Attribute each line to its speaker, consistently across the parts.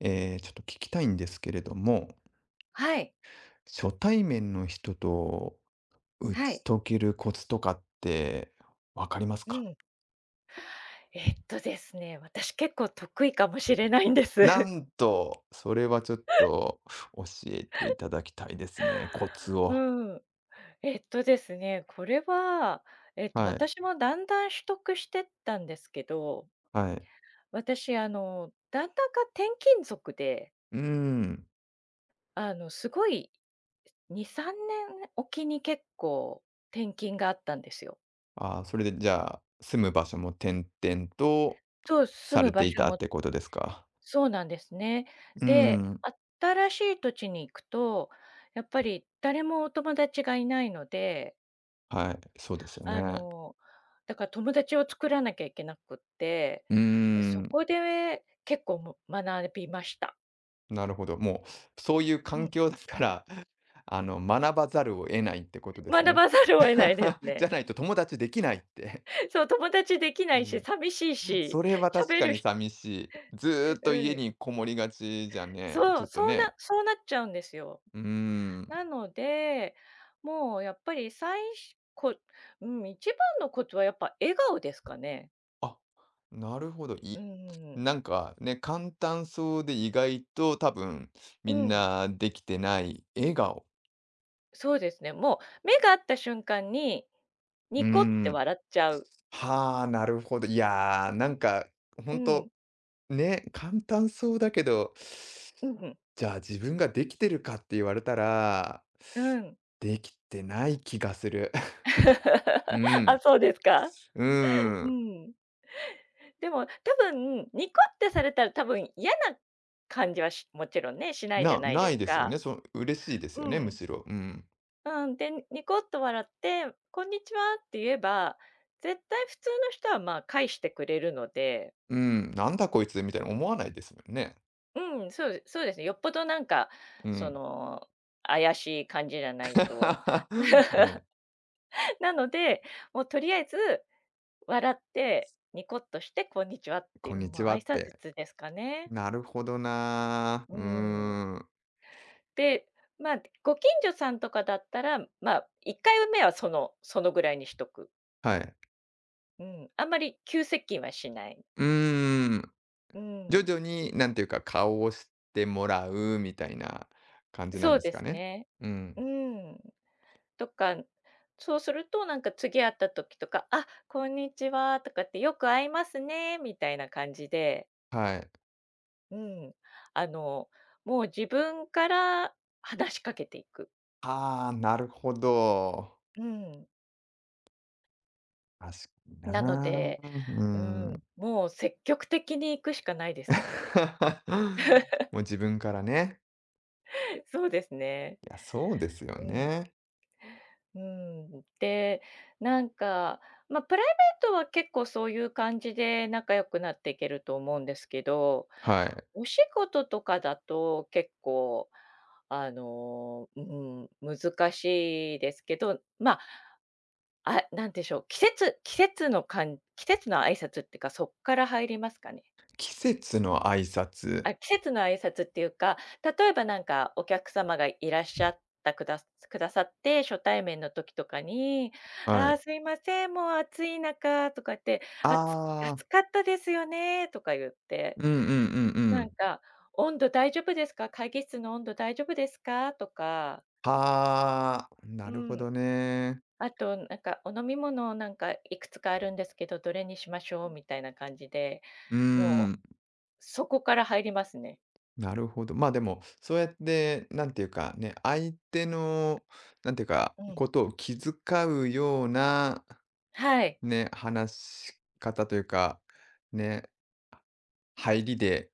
Speaker 1: ちょっと聞きたいんですけれども、
Speaker 2: はい、
Speaker 1: 初対面の人と打
Speaker 2: は
Speaker 1: ち
Speaker 2: い。
Speaker 1: 解けるコツとかってわかります
Speaker 2: う
Speaker 1: か？
Speaker 2: ん。えっとですね、私結構得意かもしれないんで
Speaker 1: な
Speaker 2: す。
Speaker 1: んと、それはちょっと教えていただきたいですね。コツ を。
Speaker 2: うん。えっとですね、これは、
Speaker 1: はい。
Speaker 2: 私もだんだん取得してったんですけど、
Speaker 1: はい。
Speaker 2: 私、旦那が転勤族で、
Speaker 1: うーん。
Speaker 2: すごい、2、3年おきに結構転勤があったんですよ。
Speaker 1: あー、それでじゃあ、住む場所も転々と
Speaker 2: そう、
Speaker 1: さ
Speaker 2: 住む
Speaker 1: れて
Speaker 2: 場
Speaker 1: い
Speaker 2: 所
Speaker 1: たっ
Speaker 2: も
Speaker 1: てことですか？
Speaker 2: そうなんですね。
Speaker 1: うー
Speaker 2: で、
Speaker 1: ん。
Speaker 2: 新しい土地に行くと、やっぱり誰もお友達がいないので、
Speaker 1: はい。そうですよ
Speaker 2: あ
Speaker 1: ね。
Speaker 2: の、だから友達を作らなきゃいけなくって、
Speaker 1: うー
Speaker 2: で、そ
Speaker 1: ん。
Speaker 2: こで結構も学びました。
Speaker 1: なるほど。もう、そういう
Speaker 2: う
Speaker 1: 環
Speaker 2: ん。
Speaker 1: 境だから、学ばざるを得ないってことです
Speaker 2: 学
Speaker 1: ね。
Speaker 2: ばざるを得ないです
Speaker 1: じ
Speaker 2: ね。
Speaker 1: ゃないと友達できないって。
Speaker 2: そう、友達できな
Speaker 1: う
Speaker 2: いし、
Speaker 1: ん。
Speaker 2: 寂しい し、
Speaker 1: それは確
Speaker 2: 喋
Speaker 1: か
Speaker 2: る
Speaker 1: に
Speaker 2: ひ
Speaker 1: 寂しい。ず
Speaker 2: う
Speaker 1: ーっと家
Speaker 2: ん。
Speaker 1: にこもりがちじゃね、
Speaker 2: そ
Speaker 1: ち
Speaker 2: う、
Speaker 1: ょっとね。
Speaker 2: そうなっちゃうんですよ。
Speaker 1: うーん。
Speaker 2: なので、もうやっぱり最初こうん、一番のコツはやっぱ笑顔ですかね。
Speaker 1: あ、なるほど。
Speaker 2: うんうんうん。
Speaker 1: なんかね、簡単そうで意外と多分
Speaker 2: う
Speaker 1: みん
Speaker 2: ん、
Speaker 1: なできてない笑顔。
Speaker 2: そうですね。もう目が合った瞬間に、
Speaker 1: うー
Speaker 2: ニコって
Speaker 1: ん。
Speaker 2: 笑っちゃう。
Speaker 1: はあ、なるほど。いやー、なんかほ
Speaker 2: う
Speaker 1: んと
Speaker 2: ん、
Speaker 1: ね、簡単そうだけど、
Speaker 2: うん、
Speaker 1: じゃあ自分ができてるかって言われたら、
Speaker 2: うん。
Speaker 1: できてない気がする。う
Speaker 2: あ、
Speaker 1: ん、
Speaker 2: そうですか？
Speaker 1: う ー
Speaker 2: う
Speaker 1: ん。
Speaker 2: ん。でも多分、ニコってされたら多分嫌な感じはもちろんね、しないじゃないで
Speaker 1: な
Speaker 2: す
Speaker 1: いですよ
Speaker 2: か。
Speaker 1: ね。嬉しいです
Speaker 2: う
Speaker 1: よね、む
Speaker 2: ん。
Speaker 1: しろ。うん。
Speaker 2: うん、で、ニコッと笑って、こんにちはって言えば、絶対普通の人はまあ返してくれるので、
Speaker 1: うん、なんだこいつみたいな思わないですもんね。
Speaker 2: うん、そうそうですね。よっぽどなんか、
Speaker 1: う
Speaker 2: そ
Speaker 1: ん。
Speaker 2: の、怪しい感じじゃないと。
Speaker 1: うん、
Speaker 2: なので、もうとりあえず笑って、ニコッとして、こんにちはってい
Speaker 1: こん
Speaker 2: う、
Speaker 1: にち
Speaker 2: まあ
Speaker 1: は
Speaker 2: 挨
Speaker 1: って。
Speaker 2: 拶ですかね。
Speaker 1: なるほどな
Speaker 2: う
Speaker 1: ー。う
Speaker 2: ん。
Speaker 1: ーん。
Speaker 2: で、まあ、ご近所さんとかだったら、まあ、1回目はそのぐらいにしとく。
Speaker 1: はい。
Speaker 2: うん。あんまり急接近はしない。
Speaker 1: うーん。
Speaker 2: う
Speaker 1: 徐
Speaker 2: ん。
Speaker 1: 々になんていうか、顔を知ってもらうみたいな感じなん
Speaker 2: そう
Speaker 1: です
Speaker 2: で
Speaker 1: か
Speaker 2: す
Speaker 1: ね。
Speaker 2: ね。
Speaker 1: う
Speaker 2: うー
Speaker 1: ん。
Speaker 2: ん。とか、そうするとなんか次会った時とか、「あ、こんにちは」とかって、「よく会いますね」みたいな感じで、
Speaker 1: はい。
Speaker 2: うん、あの、もう自分から話しかけていく。
Speaker 1: ああ、なるほど。
Speaker 2: うん。
Speaker 1: 確かに
Speaker 2: なの
Speaker 1: な。
Speaker 2: で、
Speaker 1: う
Speaker 2: うん、
Speaker 1: ん。
Speaker 2: もう積極的に行くしかないですね。
Speaker 1: もう自分からね。
Speaker 2: そうですね。
Speaker 1: いや、そうですよ
Speaker 2: うん。
Speaker 1: ね。
Speaker 2: うん、で、なんか、まあ、プライベートは結構そういう感じで仲良くなっていけると思うんですけど、
Speaker 1: はい。
Speaker 2: お仕事とかだと結構、うん、難しいですけど、まあ、あ、なんでしょう、季節の挨拶っていうか、そっから入りますかね？
Speaker 1: 季節の挨拶。
Speaker 2: あ、季節の挨拶っていうか、例えばなんかお客様がいらっしゃったくださって、初対面の時とかに、「あ
Speaker 1: は
Speaker 2: あ、
Speaker 1: い。
Speaker 2: すいません、もう暑い中」とかって、
Speaker 1: あ
Speaker 2: 暑
Speaker 1: あ、
Speaker 2: かったですよね」とか言って、
Speaker 1: うんうんうんう
Speaker 2: なん
Speaker 1: ん。
Speaker 2: か、「温度大丈夫ですか？会議室の温度大丈夫ですか？」とか、
Speaker 1: はあ、な
Speaker 2: う
Speaker 1: るほ
Speaker 2: ん、
Speaker 1: どね。
Speaker 2: あとなんか、「お飲み物なんかいくつかあるんですけど、どれにしましょう？」みたいな感じで、
Speaker 1: う
Speaker 2: もう
Speaker 1: ん。
Speaker 2: そこから入りますね。
Speaker 1: なるほど。まあでも、そうやって、なんていうかね、相手の、なんていうか、
Speaker 2: うん。
Speaker 1: ことを気遣うような、
Speaker 2: はい。
Speaker 1: ね、話し方というか、ね、入りで、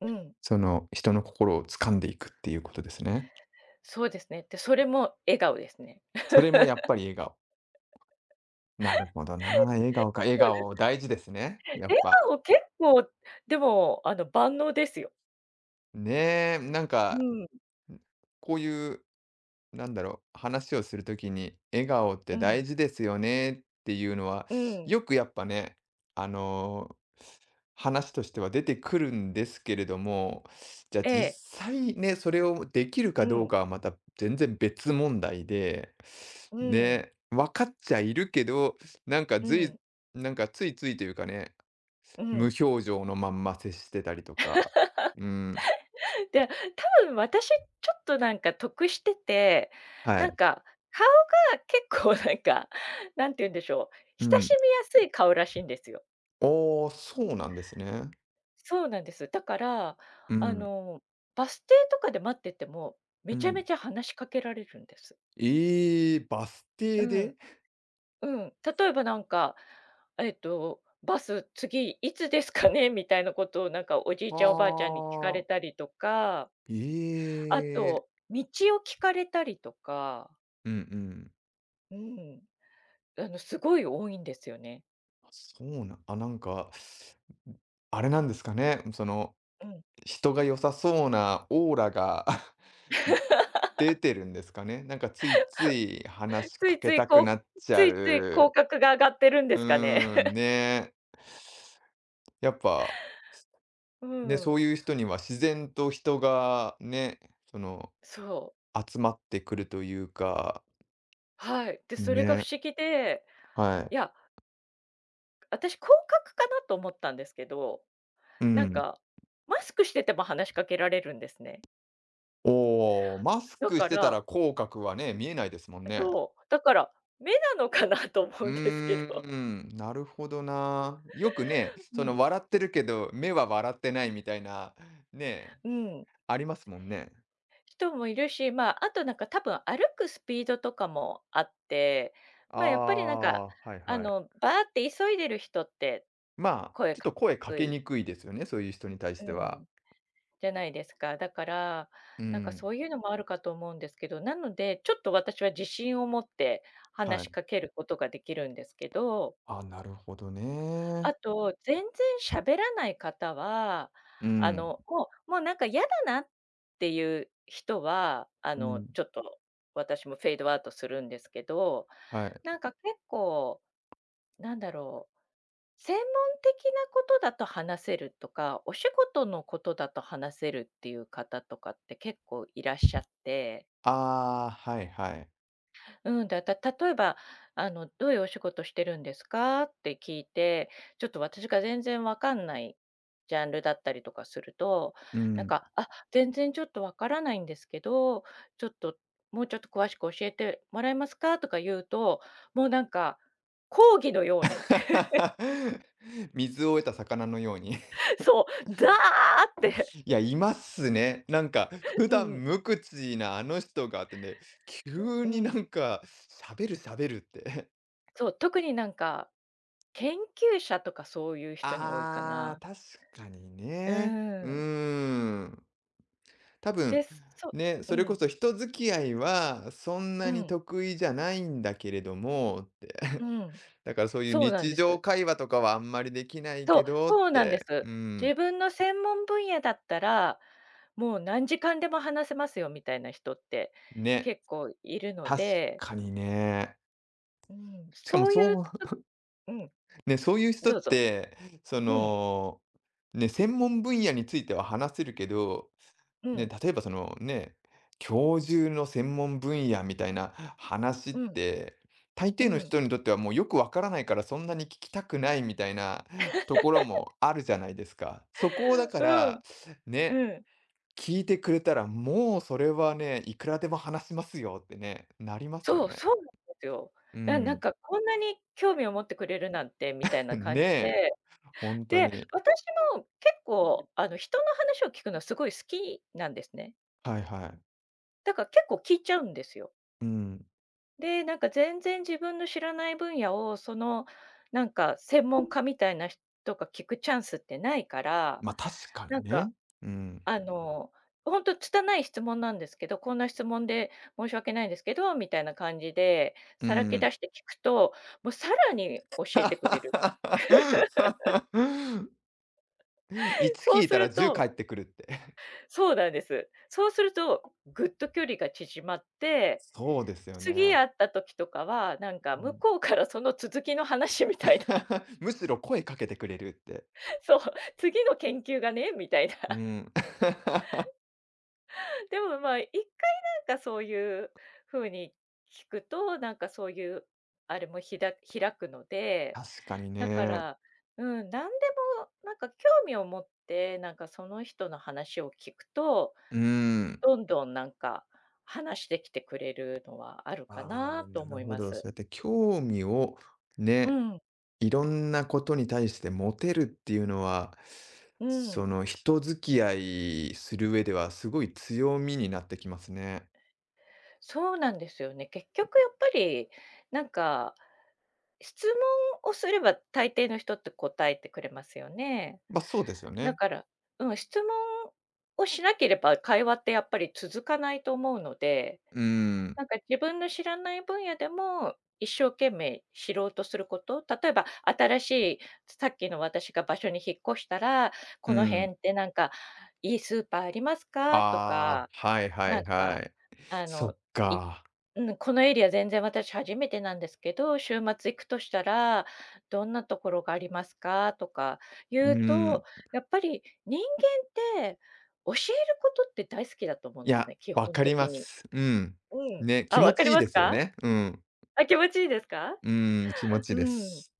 Speaker 2: うん。
Speaker 1: その人の心を掴んでいくっていうことですね。
Speaker 2: そうですね。で、それも笑顔ですね。
Speaker 1: それもやっぱり笑顔。なるほどな。笑顔か。笑
Speaker 2: そうで
Speaker 1: 顔
Speaker 2: す
Speaker 1: 大事ですね。
Speaker 2: ね。
Speaker 1: やっ
Speaker 2: 笑
Speaker 1: ぱ。
Speaker 2: 顔結構、でも、万能ですよ。
Speaker 1: ねえ、なん
Speaker 2: う
Speaker 1: か、
Speaker 2: ん。
Speaker 1: こういうなんだろう、話をするときに、笑顔っ
Speaker 2: う
Speaker 1: て
Speaker 2: ん、
Speaker 1: 大事ですよねっていうのは、
Speaker 2: うん、
Speaker 1: よくやっぱね、あの、話としては出てくるんですけれども、じゃあ
Speaker 2: ええ、
Speaker 1: 実際ね、それをできる
Speaker 2: う
Speaker 1: かどう
Speaker 2: ん、
Speaker 1: かはまた全然別問題で、
Speaker 2: うん、
Speaker 1: ね、分かっちゃいるけど、なんか
Speaker 2: う
Speaker 1: ずい
Speaker 2: ん、
Speaker 1: なんかついついというかね、
Speaker 2: う
Speaker 1: 無
Speaker 2: ん。
Speaker 1: 表情のまんま接してたりとか、うん、
Speaker 2: で、多分私ちょっとなんか得してて、
Speaker 1: は
Speaker 2: なん
Speaker 1: い、
Speaker 2: か顔が結構なんか、なんて言うんでしょう、
Speaker 1: う
Speaker 2: 親し
Speaker 1: ん。
Speaker 2: みやすい顔らしいんですよ。
Speaker 1: あ、そうなんですね。
Speaker 2: そうなんです。だから、
Speaker 1: う
Speaker 2: あ
Speaker 1: ん、
Speaker 2: の、バス停とかで待ってても、め
Speaker 1: う
Speaker 2: ちゃめ
Speaker 1: ん。
Speaker 2: ちゃ話しかけられるんです。
Speaker 1: ええ、バス
Speaker 2: う
Speaker 1: 停
Speaker 2: ん。
Speaker 1: で？
Speaker 2: うん、例えばなんか、バス次いつですかね みたいなことをなんかおじいちゃんおばあちゃんに聞かれ
Speaker 1: は
Speaker 2: た
Speaker 1: あ。
Speaker 2: りとか、あ
Speaker 1: ええ。
Speaker 2: と、道を聞かれたりとか、
Speaker 1: うんうん。
Speaker 2: うん、すごい多いんですよね。
Speaker 1: そうなあ、なんか、あれなんですかね、その、
Speaker 2: うん。
Speaker 1: 人が良さそうなオーラが 出てるんですかね。なんかついつい話し
Speaker 2: つ
Speaker 1: か
Speaker 2: いつ
Speaker 1: け
Speaker 2: い
Speaker 1: たく
Speaker 2: こ
Speaker 1: なっ
Speaker 2: う
Speaker 1: ち
Speaker 2: つ
Speaker 1: ゃ
Speaker 2: いつい口
Speaker 1: う。
Speaker 2: 角が上がってるんで
Speaker 1: う
Speaker 2: すかね。
Speaker 1: ーん、ね。やっぱ、
Speaker 2: う
Speaker 1: ね、そ
Speaker 2: ん、
Speaker 1: ういう人には自然と人がね、その、
Speaker 2: そう、
Speaker 1: 集まってくるというか、
Speaker 2: はい。で、それが
Speaker 1: ね、
Speaker 2: 不思議で、
Speaker 1: はい。
Speaker 2: いや、私口角かなと思ったんですけど、
Speaker 1: う
Speaker 2: なん
Speaker 1: ん。
Speaker 2: か、マスクしてても話しかけられるんですね。
Speaker 1: おお、マス
Speaker 2: だ
Speaker 1: ク
Speaker 2: か
Speaker 1: してた
Speaker 2: ら
Speaker 1: ら口角はね、見えないですもんね。
Speaker 2: そう、だから、目なのかなと思
Speaker 1: う
Speaker 2: う
Speaker 1: ー
Speaker 2: んですけど。
Speaker 1: ん、なるほどな。よくね、
Speaker 2: う
Speaker 1: その
Speaker 2: ん、
Speaker 1: 笑ってるけど、目は笑ってないみたいな、ね、
Speaker 2: うん。
Speaker 1: ありますもんね。
Speaker 2: 人もいるし、まあ、あとなんか多分歩くスピードとかもあって、
Speaker 1: あ
Speaker 2: まあ、やっぱりなんか、
Speaker 1: あ、はいはい。
Speaker 2: バーって急いでる人って
Speaker 1: まあ、
Speaker 2: 声
Speaker 1: ちょっ
Speaker 2: か
Speaker 1: と声か
Speaker 2: けに
Speaker 1: け
Speaker 2: くい
Speaker 1: にくいですよね、そういう人に対し
Speaker 2: う
Speaker 1: ては。
Speaker 2: ん、じゃないですか。だから、
Speaker 1: う
Speaker 2: なんか
Speaker 1: ん、
Speaker 2: そういうのもあるかと思うんですけど、なので、ちょっと私は自信を持って
Speaker 1: は
Speaker 2: 話し
Speaker 1: い。
Speaker 2: かけることができるんですけど、
Speaker 1: あ、なるほどね。
Speaker 2: あと、全然喋らない方は、
Speaker 1: うん、
Speaker 2: もうなんか嫌だなっていう人は、
Speaker 1: うん、
Speaker 2: ちょっと私もフェードアウトするんですけど、
Speaker 1: はい。
Speaker 2: なんか結構、なんだろう、専門的なことだと話せるとか、お仕事のことだと話せるっていう方とかって結構いらっしゃって、
Speaker 1: ああ、はいはい。
Speaker 2: うん、だた例えば、「どういうお仕事してるんですか？」って聞いて、ちょっと私が全然わかんないジャンルだったりとかすると、
Speaker 1: う
Speaker 2: なん
Speaker 1: ん。
Speaker 2: か、「あ、全然ちょっとわからないんですけど、ちょっと、もうちょっと詳しく教えてもらえますか？」とか言うと、もうなんか、講義のように
Speaker 1: 水を得た魚のように、
Speaker 2: そう、ザーって
Speaker 1: いや、いますね。なんか、普
Speaker 2: う
Speaker 1: 段
Speaker 2: ん、
Speaker 1: 無口なあの人がってね、急
Speaker 2: う
Speaker 1: にな
Speaker 2: ん、
Speaker 1: んか、喋る喋るって。
Speaker 2: そう、特になんか、研究者とかそういう人に多いか
Speaker 1: ああ、
Speaker 2: な。
Speaker 1: 確かに
Speaker 2: う
Speaker 1: ね。う
Speaker 2: ん。
Speaker 1: ーん。多分、
Speaker 2: で、そ
Speaker 1: ね、
Speaker 2: う、う
Speaker 1: それこ
Speaker 2: ん、
Speaker 1: そ人付き合いはそん
Speaker 2: う
Speaker 1: なに
Speaker 2: ん。
Speaker 1: 得意じゃないんだけれどもって。
Speaker 2: う ん、
Speaker 1: だからそういう
Speaker 2: そうなん
Speaker 1: 日
Speaker 2: で
Speaker 1: 常
Speaker 2: す。
Speaker 1: 会話とかはあんまりできない
Speaker 2: そう、
Speaker 1: けどっ
Speaker 2: そうなんで
Speaker 1: て。
Speaker 2: す。
Speaker 1: うん。
Speaker 2: 自分の専門分野だったら、もう何時間でも話せますよみたいな人って
Speaker 1: ね。
Speaker 2: 結構いるの
Speaker 1: 確
Speaker 2: で、
Speaker 1: かにね。
Speaker 2: うん、
Speaker 1: しかも
Speaker 2: そういう、
Speaker 1: そう
Speaker 2: うん、
Speaker 1: ね、そういう人っ
Speaker 2: どうぞ。
Speaker 1: て、そ
Speaker 2: うん、
Speaker 1: の、ね、専門分野については話せるけど、
Speaker 2: う
Speaker 1: ね、
Speaker 2: ん、
Speaker 1: 例えばそのね、教授の専門分野みたいな話っ
Speaker 2: うん、
Speaker 1: て、大
Speaker 2: う
Speaker 1: 抵の
Speaker 2: ん。
Speaker 1: 人にとってはもうよくわからないからそんなに聞きたくないみたいなところもあるじゃないですか。そこをだ か
Speaker 2: う
Speaker 1: ら、
Speaker 2: ん、
Speaker 1: ね、
Speaker 2: うん。
Speaker 1: 聞いてくれたらもうそれはね、いくらでも話しますよってね、なりますよ
Speaker 2: そう、
Speaker 1: ね。
Speaker 2: そうなんですよ。
Speaker 1: う
Speaker 2: なん
Speaker 1: ん。
Speaker 2: かこんなに興味を持ってくれるなんてみたい な感
Speaker 1: ね
Speaker 2: じ
Speaker 1: え、
Speaker 2: で、
Speaker 1: 本当
Speaker 2: で、
Speaker 1: に。
Speaker 2: 私も結構あの人の話を聞くのはすごい好きなんですね。
Speaker 1: はいはい。
Speaker 2: だから結構聞いちゃうんですよ。
Speaker 1: うん。
Speaker 2: で、なんか全然自分の知らない分野を、なんか専門家みたいな人が聞くチャンスってないから、
Speaker 1: ま、確か
Speaker 2: な
Speaker 1: に
Speaker 2: んか、
Speaker 1: ね。うん、
Speaker 2: あの、ほんと拙い質問なんですけど、こんな質問で申し訳ないんですけど、みたいな感じで、
Speaker 1: う
Speaker 2: さらけ
Speaker 1: ん。
Speaker 2: 出して聞くと、もうさらに教えてくれる。
Speaker 1: 1
Speaker 2: そう
Speaker 1: 聞い
Speaker 2: す
Speaker 1: たら
Speaker 2: る
Speaker 1: 10
Speaker 2: と、
Speaker 1: 返ってくるって。
Speaker 2: そうなんです。そうすると、ぐっと距離が縮まっ て、
Speaker 1: そうですよ
Speaker 2: 次
Speaker 1: ね。
Speaker 2: 会った時とかは、なんか
Speaker 1: う
Speaker 2: 向
Speaker 1: ん
Speaker 2: こうからその続きの話みたいな。
Speaker 1: むしろ声かけてくれるって。
Speaker 2: そう、次の研究がね、みたいな。
Speaker 1: う ん。
Speaker 2: でも、まあ、一回なんかそういう風に聞くと、なんかそういう、あれもひだ開くので、
Speaker 1: 確かに
Speaker 2: だか
Speaker 1: ね。
Speaker 2: ら、うん、何でもなんか興味を持って、なんかその人の話を聞くと、
Speaker 1: うん。
Speaker 2: どんどんなんか話してきてくれるのはあるか
Speaker 1: あ
Speaker 2: な
Speaker 1: あ、
Speaker 2: と
Speaker 1: な
Speaker 2: 思
Speaker 1: る
Speaker 2: い
Speaker 1: ほ
Speaker 2: ま
Speaker 1: ど。
Speaker 2: す。
Speaker 1: そうやって興味を
Speaker 2: う
Speaker 1: ね、
Speaker 2: ん、
Speaker 1: いろんなことに対して持てるっていうのは、
Speaker 2: う
Speaker 1: そ
Speaker 2: ん。
Speaker 1: の、人付き合いする上ではすごい強みになってきますね。
Speaker 2: そうなんですよね。結局やっぱり、なんか質問をすれば、大抵の人って答えてくれますよね。
Speaker 1: ま、そうですよ
Speaker 2: だ
Speaker 1: ね。
Speaker 2: から、うん、質問をしなければ会話ってやっぱり続かないと思うので、
Speaker 1: うん、
Speaker 2: なんか自分の知らない分野でも一生懸命知ろうとすること、例えば新しい、さっきの私が場所に引っ越したら、
Speaker 1: う
Speaker 2: この辺
Speaker 1: ん。
Speaker 2: ってなんかいいスーパーありますかと
Speaker 1: ああ、
Speaker 2: か
Speaker 1: はいは
Speaker 2: な
Speaker 1: い
Speaker 2: んか、
Speaker 1: はい。
Speaker 2: あ
Speaker 1: そ
Speaker 2: の、
Speaker 1: っ
Speaker 2: い
Speaker 1: か。
Speaker 2: うん、このエリア全然私初めてなんですけど、週末行くとしたら、どんなところがありますか？とか言
Speaker 1: う
Speaker 2: うと、
Speaker 1: ん。
Speaker 2: やっぱり人間って教えることって大好きだと思うん
Speaker 1: い
Speaker 2: です
Speaker 1: や、
Speaker 2: ね、基
Speaker 1: わ
Speaker 2: 本
Speaker 1: かり
Speaker 2: 的
Speaker 1: ま
Speaker 2: に。
Speaker 1: す。うん。
Speaker 2: うん。
Speaker 1: ね、気
Speaker 2: あ、
Speaker 1: 持
Speaker 2: 分かり
Speaker 1: ちいい
Speaker 2: ま
Speaker 1: で
Speaker 2: す
Speaker 1: すよ
Speaker 2: か？
Speaker 1: ね。うん。
Speaker 2: あ、気持ちいいですか？
Speaker 1: うん、気持ちい
Speaker 2: う
Speaker 1: いで
Speaker 2: ん、
Speaker 1: す。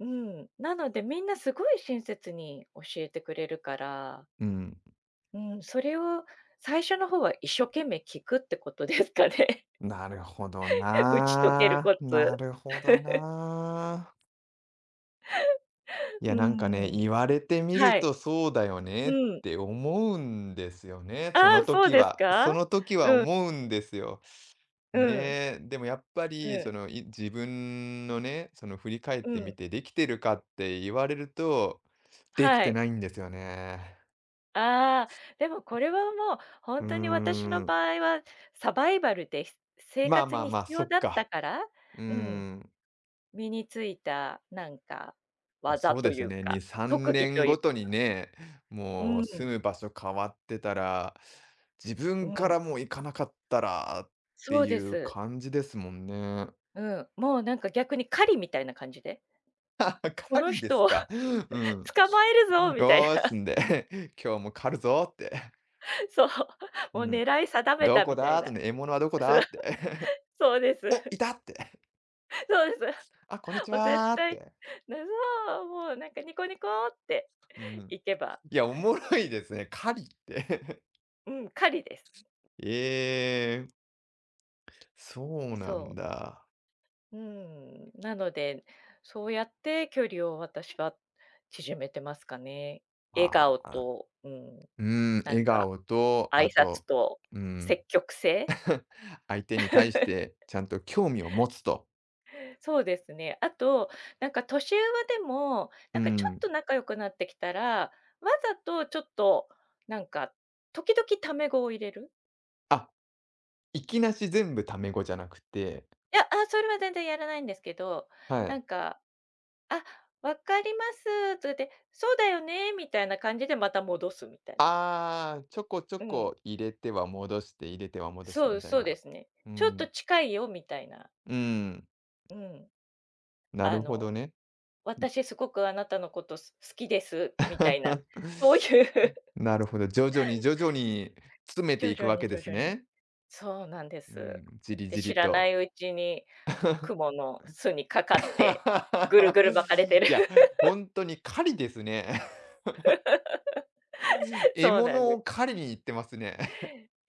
Speaker 2: うん。なのでみんなすごい親切に教えてくれるから、
Speaker 1: うん。
Speaker 2: うん、それを最初の方は一生懸命聞くってことですかね。
Speaker 1: なるほど
Speaker 2: 打ち解ける
Speaker 1: な。
Speaker 2: コツ。
Speaker 1: なるほど な。い
Speaker 2: う
Speaker 1: や、なんかね、
Speaker 2: ん。
Speaker 1: 言われてみる
Speaker 2: はい。
Speaker 1: とそうだよ
Speaker 2: う
Speaker 1: ねっ
Speaker 2: ん。
Speaker 1: て思うんですよね。そ
Speaker 2: あ
Speaker 1: の
Speaker 2: あ、そう
Speaker 1: 時
Speaker 2: です
Speaker 1: はそ
Speaker 2: か？
Speaker 1: の時は
Speaker 2: うん、
Speaker 1: 思うんですよ。
Speaker 2: うん、
Speaker 1: ねえ、でもやっぱ
Speaker 2: う
Speaker 1: り、そ
Speaker 2: ん、
Speaker 1: の、自分のね、その振り返っ
Speaker 2: う
Speaker 1: て
Speaker 2: ん。
Speaker 1: みてできてるかって言われると、でき
Speaker 2: は
Speaker 1: て
Speaker 2: い。
Speaker 1: ないんですよね。
Speaker 2: ああ、でもこれはもう
Speaker 1: う
Speaker 2: 本
Speaker 1: ー
Speaker 2: 当に私の
Speaker 1: ん。
Speaker 2: 場合は、サバイバルで生
Speaker 1: まあ
Speaker 2: 活
Speaker 1: まあ
Speaker 2: に
Speaker 1: ま
Speaker 2: 必
Speaker 1: あ、そ
Speaker 2: 要
Speaker 1: っ
Speaker 2: だった
Speaker 1: か。
Speaker 2: から、
Speaker 1: うー
Speaker 2: うん、
Speaker 1: ん。
Speaker 2: 身についたなんか、
Speaker 1: まあ、
Speaker 2: 技
Speaker 1: そう
Speaker 2: と
Speaker 1: で
Speaker 2: い
Speaker 1: す
Speaker 2: う
Speaker 1: ね、2、
Speaker 2: か、
Speaker 1: 3
Speaker 2: 特技
Speaker 1: 年
Speaker 2: という、
Speaker 1: ごとにね、
Speaker 2: う
Speaker 1: もう
Speaker 2: ん、
Speaker 1: 住む場所変わってたら、自
Speaker 2: う
Speaker 1: 分か
Speaker 2: ん。
Speaker 1: らもう行かなかったらって
Speaker 2: そう
Speaker 1: い
Speaker 2: で
Speaker 1: う
Speaker 2: す。
Speaker 1: 感じですもんね。
Speaker 2: うん。もうなんか逆に狩りみたいな感じで、この
Speaker 1: 狩りで
Speaker 2: 人
Speaker 1: す
Speaker 2: を
Speaker 1: か。うん。
Speaker 2: 捕まえる
Speaker 1: よ
Speaker 2: ぞみたい
Speaker 1: ー
Speaker 2: な。
Speaker 1: しんで、今日も狩るぞって。
Speaker 2: そう、も
Speaker 1: う
Speaker 2: う
Speaker 1: ん。
Speaker 2: 狙い定め
Speaker 1: 「ど
Speaker 2: た
Speaker 1: こ
Speaker 2: みたい
Speaker 1: だ？」
Speaker 2: な。
Speaker 1: とね、「獲物はどこ
Speaker 2: そ
Speaker 1: だ？」
Speaker 2: う、
Speaker 1: って。
Speaker 2: そうです。
Speaker 1: 「お、いた！」って。
Speaker 2: そうです。
Speaker 1: 「あ、こんにち
Speaker 2: もう絶
Speaker 1: は」っ
Speaker 2: 対、
Speaker 1: て。
Speaker 2: なそう、もうなんかニコニコって
Speaker 1: うん。
Speaker 2: いけば、
Speaker 1: いや、おもろいですね、狩りって。
Speaker 2: うん、狩りです。
Speaker 1: ええ、そうなん
Speaker 2: そう。
Speaker 1: だ。
Speaker 2: うん、なので、そうやって距離を私は縮めてますかね。笑
Speaker 1: あ
Speaker 2: 顔
Speaker 1: あ、
Speaker 2: と、うん、
Speaker 1: うん、
Speaker 2: なん
Speaker 1: 笑
Speaker 2: か
Speaker 1: 顔と、
Speaker 2: 挨
Speaker 1: あ
Speaker 2: 拶
Speaker 1: と、
Speaker 2: と
Speaker 1: うん、
Speaker 2: 積極性。
Speaker 1: 相手に対してちゃんと興味を持つと。
Speaker 2: そうですね。あと、なんか年上でも、
Speaker 1: う
Speaker 2: なんかちょっ
Speaker 1: ん。
Speaker 2: と仲良くなってきたら、わざとちょっと、なんか、時々タメ語を入れる。
Speaker 1: あ、いきなし全部タメ語じゃなくて、
Speaker 2: いや、あ、それは全然やらないんですけど、
Speaker 1: は
Speaker 2: な
Speaker 1: い。
Speaker 2: んか、「あ、わかります」とか言って「そうだよね」みたいな感じでまた戻すみたいな。
Speaker 1: ああ、ちょこちょ
Speaker 2: うん。
Speaker 1: こ入れては戻して、入れては戻して
Speaker 2: そう、
Speaker 1: みたい
Speaker 2: そうで
Speaker 1: な。
Speaker 2: すね。
Speaker 1: う
Speaker 2: ちょっと
Speaker 1: ん。
Speaker 2: 近いよみたいな。
Speaker 1: うん、
Speaker 2: うん。
Speaker 1: な
Speaker 2: あ
Speaker 1: るほ
Speaker 2: の、
Speaker 1: どね。
Speaker 2: 私すごくあなたのこと好きですみたいな、そういう。
Speaker 1: なるほど、徐々に徐々に詰め て
Speaker 2: 徐
Speaker 1: いく
Speaker 2: 々
Speaker 1: わ
Speaker 2: に
Speaker 1: けで
Speaker 2: 徐
Speaker 1: す
Speaker 2: 々に。
Speaker 1: ね。
Speaker 2: そうなんで
Speaker 1: う
Speaker 2: す。
Speaker 1: ん、じり
Speaker 2: で、
Speaker 1: じ
Speaker 2: 知
Speaker 1: り
Speaker 2: らな
Speaker 1: と。
Speaker 2: いうちにク モの巣にかかって、ぐるぐる巻かれて
Speaker 1: い
Speaker 2: る。
Speaker 1: や、本当に狩りですね。獲
Speaker 2: そうなん
Speaker 1: 物
Speaker 2: で
Speaker 1: を
Speaker 2: す。
Speaker 1: 狩りに行ってますね。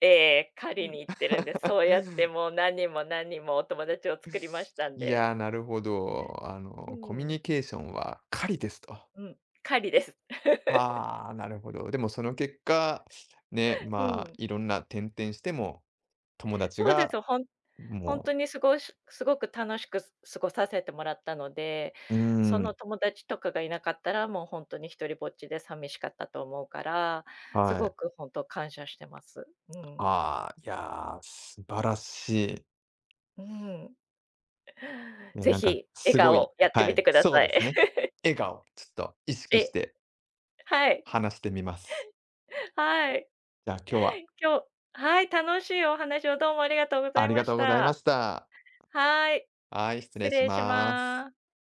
Speaker 2: ええ、狩りに行ってるんで、そうやって もう何人も何人もお友達を作りましたん
Speaker 1: い
Speaker 2: で。
Speaker 1: やー、なるほど。
Speaker 2: う
Speaker 1: コミュ
Speaker 2: ん、
Speaker 1: ニケーションは狩りですと。
Speaker 2: うん、狩りです。
Speaker 1: はあ、なるほど。でもその結果、ね、
Speaker 2: う
Speaker 1: まあ、
Speaker 2: ん。
Speaker 1: いろんな転々しても、友達
Speaker 2: そうで
Speaker 1: が
Speaker 2: す、本
Speaker 1: も
Speaker 2: 当にすごく楽しく過ごさせてもらったので、
Speaker 1: う、うー
Speaker 2: その
Speaker 1: ん、
Speaker 2: 友達とかがいなかったら、もう本当に一人ぼっちで寂しかったと思うから、す
Speaker 1: は
Speaker 2: ご
Speaker 1: い。
Speaker 2: く本当感謝してます。うん。
Speaker 1: ああ、いやー、素晴らしい。
Speaker 2: うん。
Speaker 1: いや、
Speaker 2: ぜ
Speaker 1: なんか
Speaker 2: ひ、笑
Speaker 1: すごい
Speaker 2: 顔やって
Speaker 1: は
Speaker 2: みて
Speaker 1: い、
Speaker 2: くだ
Speaker 1: そう
Speaker 2: さ
Speaker 1: で
Speaker 2: い。
Speaker 1: すね。笑顔、ちょっと意 識し
Speaker 2: え、
Speaker 1: て
Speaker 2: はい。
Speaker 1: 話してみます。
Speaker 2: はい。
Speaker 1: じゃあ、今日は
Speaker 2: 今日はい、楽しいお話をどうもありがとうござ
Speaker 1: あ
Speaker 2: い
Speaker 1: り
Speaker 2: ま
Speaker 1: がと
Speaker 2: し
Speaker 1: うございま
Speaker 2: た。
Speaker 1: した。
Speaker 2: はい。
Speaker 1: はい、失
Speaker 2: 失
Speaker 1: 礼し
Speaker 2: 礼し
Speaker 1: ます。
Speaker 2: ます。